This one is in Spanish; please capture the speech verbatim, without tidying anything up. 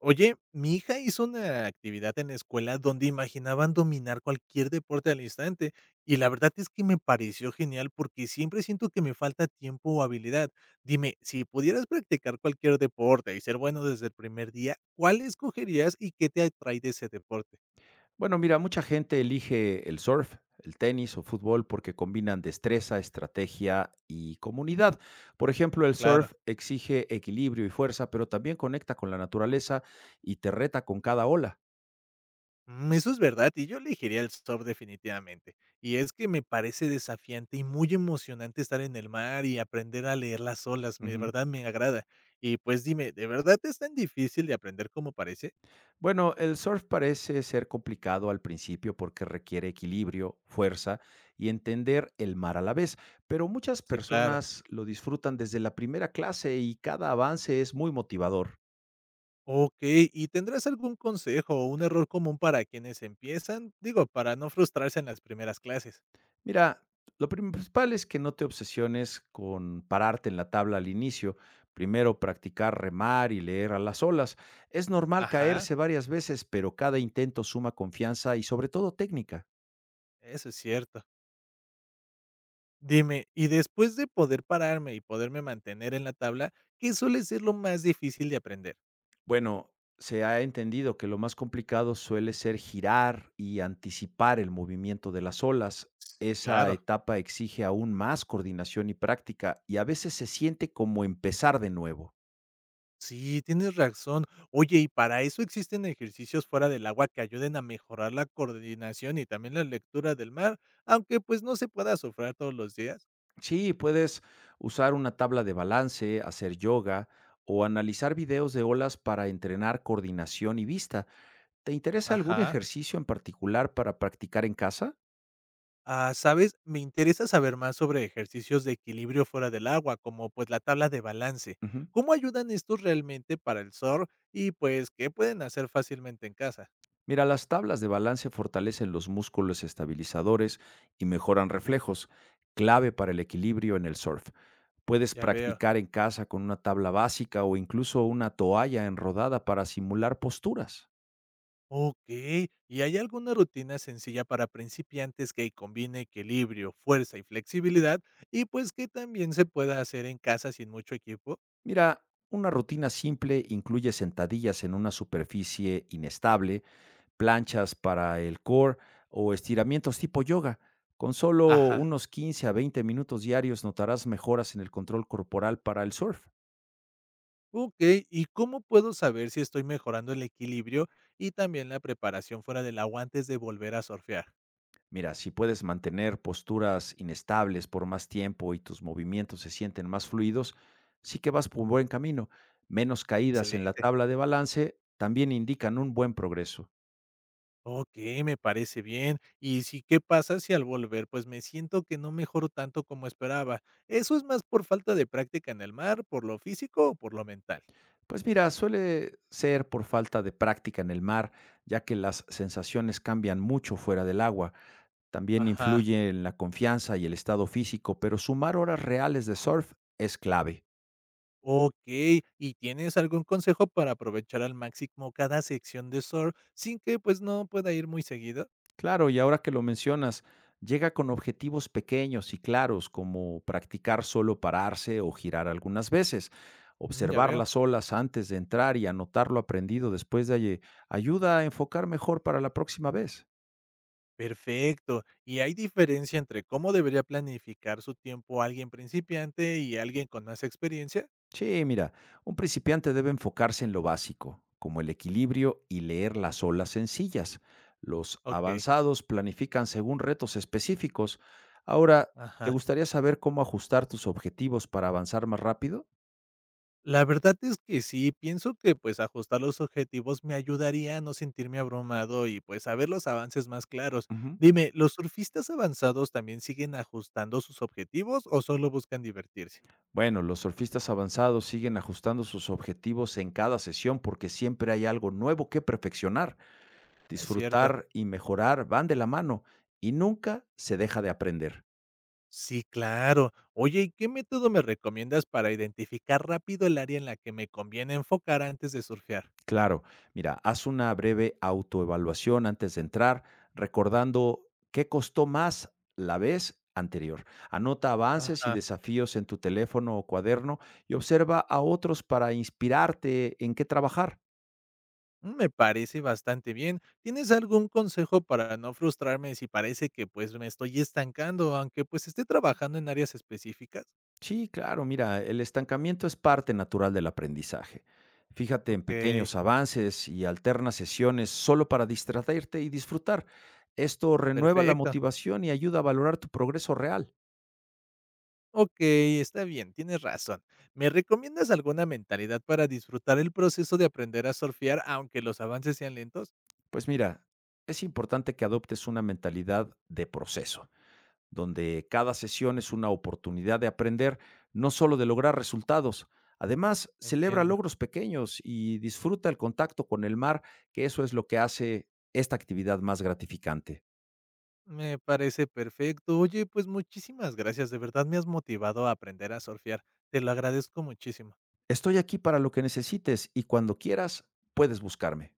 Oye, mi hija hizo una actividad en la escuela donde imaginaban dominar cualquier deporte al instante y la verdad es que me pareció genial porque siempre siento que me falta tiempo o habilidad. Dime, si pudieras practicar cualquier deporte y ser bueno desde el primer día, ¿cuál escogerías y qué te atrae de ese deporte? Bueno, mira, mucha gente elige el surf, el tenis o fútbol porque combinan destreza, estrategia y comunidad. Por ejemplo, el Claro. surf exige equilibrio y fuerza, pero también conecta con la naturaleza y te reta con cada ola. Mm, eso es verdad, y yo elegiría el surf definitivamente. Y es que me parece desafiante y muy emocionante estar en el mar y aprender a leer las olas, me de Ujú. verdad me agrada. Y, pues, dime, ¿de verdad es tan difícil de aprender como parece? Bueno, el surf parece ser complicado al principio porque requiere equilibrio, fuerza y entender el mar a la vez, pero muchas Sí, claro. personas lo disfrutan desde la primera clase y cada avance es muy motivador. Okey, ¿y tendrás algún consejo o un error común para quienes empiezan? Digo, para no frustrarse en las primeras clases. Mira, lo principal es que no te obsesiones con pararte en la tabla al inicio. Primero practicar remar y leer a las olas. Es normal Ajá. caerse varias veces, pero cada intento suma confianza y sobre todo técnica. Eso es cierto. Dime, y después de poder pararme y poderme mantener en la tabla, ¿qué suele ser lo más difícil de aprender? Bueno, se ha entendido que lo más complicado suele ser girar y anticipar el movimiento de las olas. Sí, Esa claro. etapa exige aún más coordinación y práctica y a veces se siente como empezar de nuevo. Sí, tienes razón. Oye, ¿y para eso existen ejercicios fuera del agua que ayuden a mejorar la coordinación y también la lectura del mar, aunque pues no se pueda surfear todos los días? Sí, puedes usar una tabla de balance, hacer yoga o analizar videos de olas para entrenar coordinación y vista. ¿Te interesa algún Ajá. ejercicio en particular para practicar en casa? Ah, ¿sabes? Me interesa saber más sobre ejercicios de equilibrio fuera del agua, como pues la tabla de balance. Ujú. ¿Cómo ayudan estos realmente para el surf y pues qué pueden hacer fácilmente en casa? Mira, las tablas de balance fortalecen los músculos estabilizadores y mejoran reflejos, clave para el equilibrio en el surf. Puedes Ya veo. practicar en casa con una tabla básica o incluso una toalla enrodada para simular posturas. Okey, ¿y hay alguna rutina sencilla para principiantes que combine equilibrio, fuerza y flexibilidad? Y, pues, que también se pueda hacer en casa sin mucho equipo. Mira, una rutina simple incluye sentadillas en una superficie inestable, planchas para el core o estiramientos tipo yoga. Con solo Ajá, unos quince a veinte minutos diarios notarás mejoras en el control corporal para el surf. okey, ¿y cómo puedo saber si estoy mejorando el equilibrio y también la preparación fuera del agua antes de volver a surfear? Mira, si puedes mantener posturas inestables por más tiempo y tus movimientos se sienten más fluidos, sí que vas por un buen camino. Menos caídas en la Excelente. tabla de balance también indican un buen progreso. Okey, me parece bien. Y si, ¿qué pasa si al volver, pues, me siento que no mejoro tanto como esperaba? ¿Eso es más por falta de práctica en el mar, por lo físico o por lo mental? Pues mira, suele ser por falta de práctica en el mar, ya que las sensaciones cambian mucho fuera del agua. También Ajá. influye en la confianza y el estado físico, pero sumar horas reales de surf es clave. Ok, ¿y tienes algún consejo para aprovechar al máximo cada sección de surf sin que pues no pueda ir muy seguido? Claro, y ahora que lo mencionas, llega con objetivos pequeños y claros, como practicar solo pararse o girar algunas veces. Mm, ya Observar veo. las olas antes de entrar y anotar lo aprendido después de allí ayuda a enfocar mejor para la próxima vez. Perfecto. ¿Y hay diferencia entre cómo debería planificar su tiempo alguien principiante y alguien con más experiencia? Sí, mira, un principiante debe enfocarse en lo básico, como el equilibrio y leer las olas sencillas. Los Ok, avanzados planifican según retos específicos. Ahora, ¿te ajá. gustaría saber cómo ajustar tus objetivos para avanzar más rápido? La verdad es que sí, pienso que pues ajustar los objetivos me ayudaría a no sentirme abrumado y pues a ver los avances más claros. Ujú. Dime, ¿los surfistas avanzados también siguen ajustando sus objetivos o solo buscan divertirse? Bueno, los surfistas avanzados siguen ajustando sus objetivos en cada sesión porque siempre hay algo nuevo que perfeccionar. Es cierto. Disfrutar y mejorar van de la mano y nunca se deja de aprender. Sí, claro. Oye, ¿y qué método me recomiendas para identificar rápido el área en la que me conviene enfocar antes de surfear? Claro, mira, haz una breve autoevaluación antes de entrar, recordando qué costó más la vez anterior. Anota avances y Ajá. desafíos en tu teléfono o cuaderno y observa a otros para inspirarte en qué trabajar. Mm, me parece bastante bien. ¿Tienes algún consejo para no frustrarme si parece que pues me estoy estancando, aunque pues esté trabajando en áreas específicas? Sí, claro, mira, el estancamiento es parte natural del aprendizaje. Fíjate en Ok, pequeños avances y alterna sesiones solo para distraerte y disfrutar. Esto renueva la perfecto. motivación y ayuda a valorar tu progreso real. Ok, está bien, tienes razón. ¿Me recomiendas alguna mentalidad para disfrutar el proceso de aprender a surfear aunque los avances sean lentos? Pues mira, es importante que adoptes una mentalidad de proceso, donde cada sesión es una oportunidad de aprender, no solo de lograr resultados. Además, celebra Entiendo. logros pequeños y disfruta el contacto con el mar, que eso es lo que hace esta actividad más gratificante. Me parece perfecto. Oye, pues muchísimas gracias. De verdad me has motivado a aprender a surfear. Te lo agradezco muchísimo. Estoy aquí para lo que necesites y cuando quieras puedes buscarme.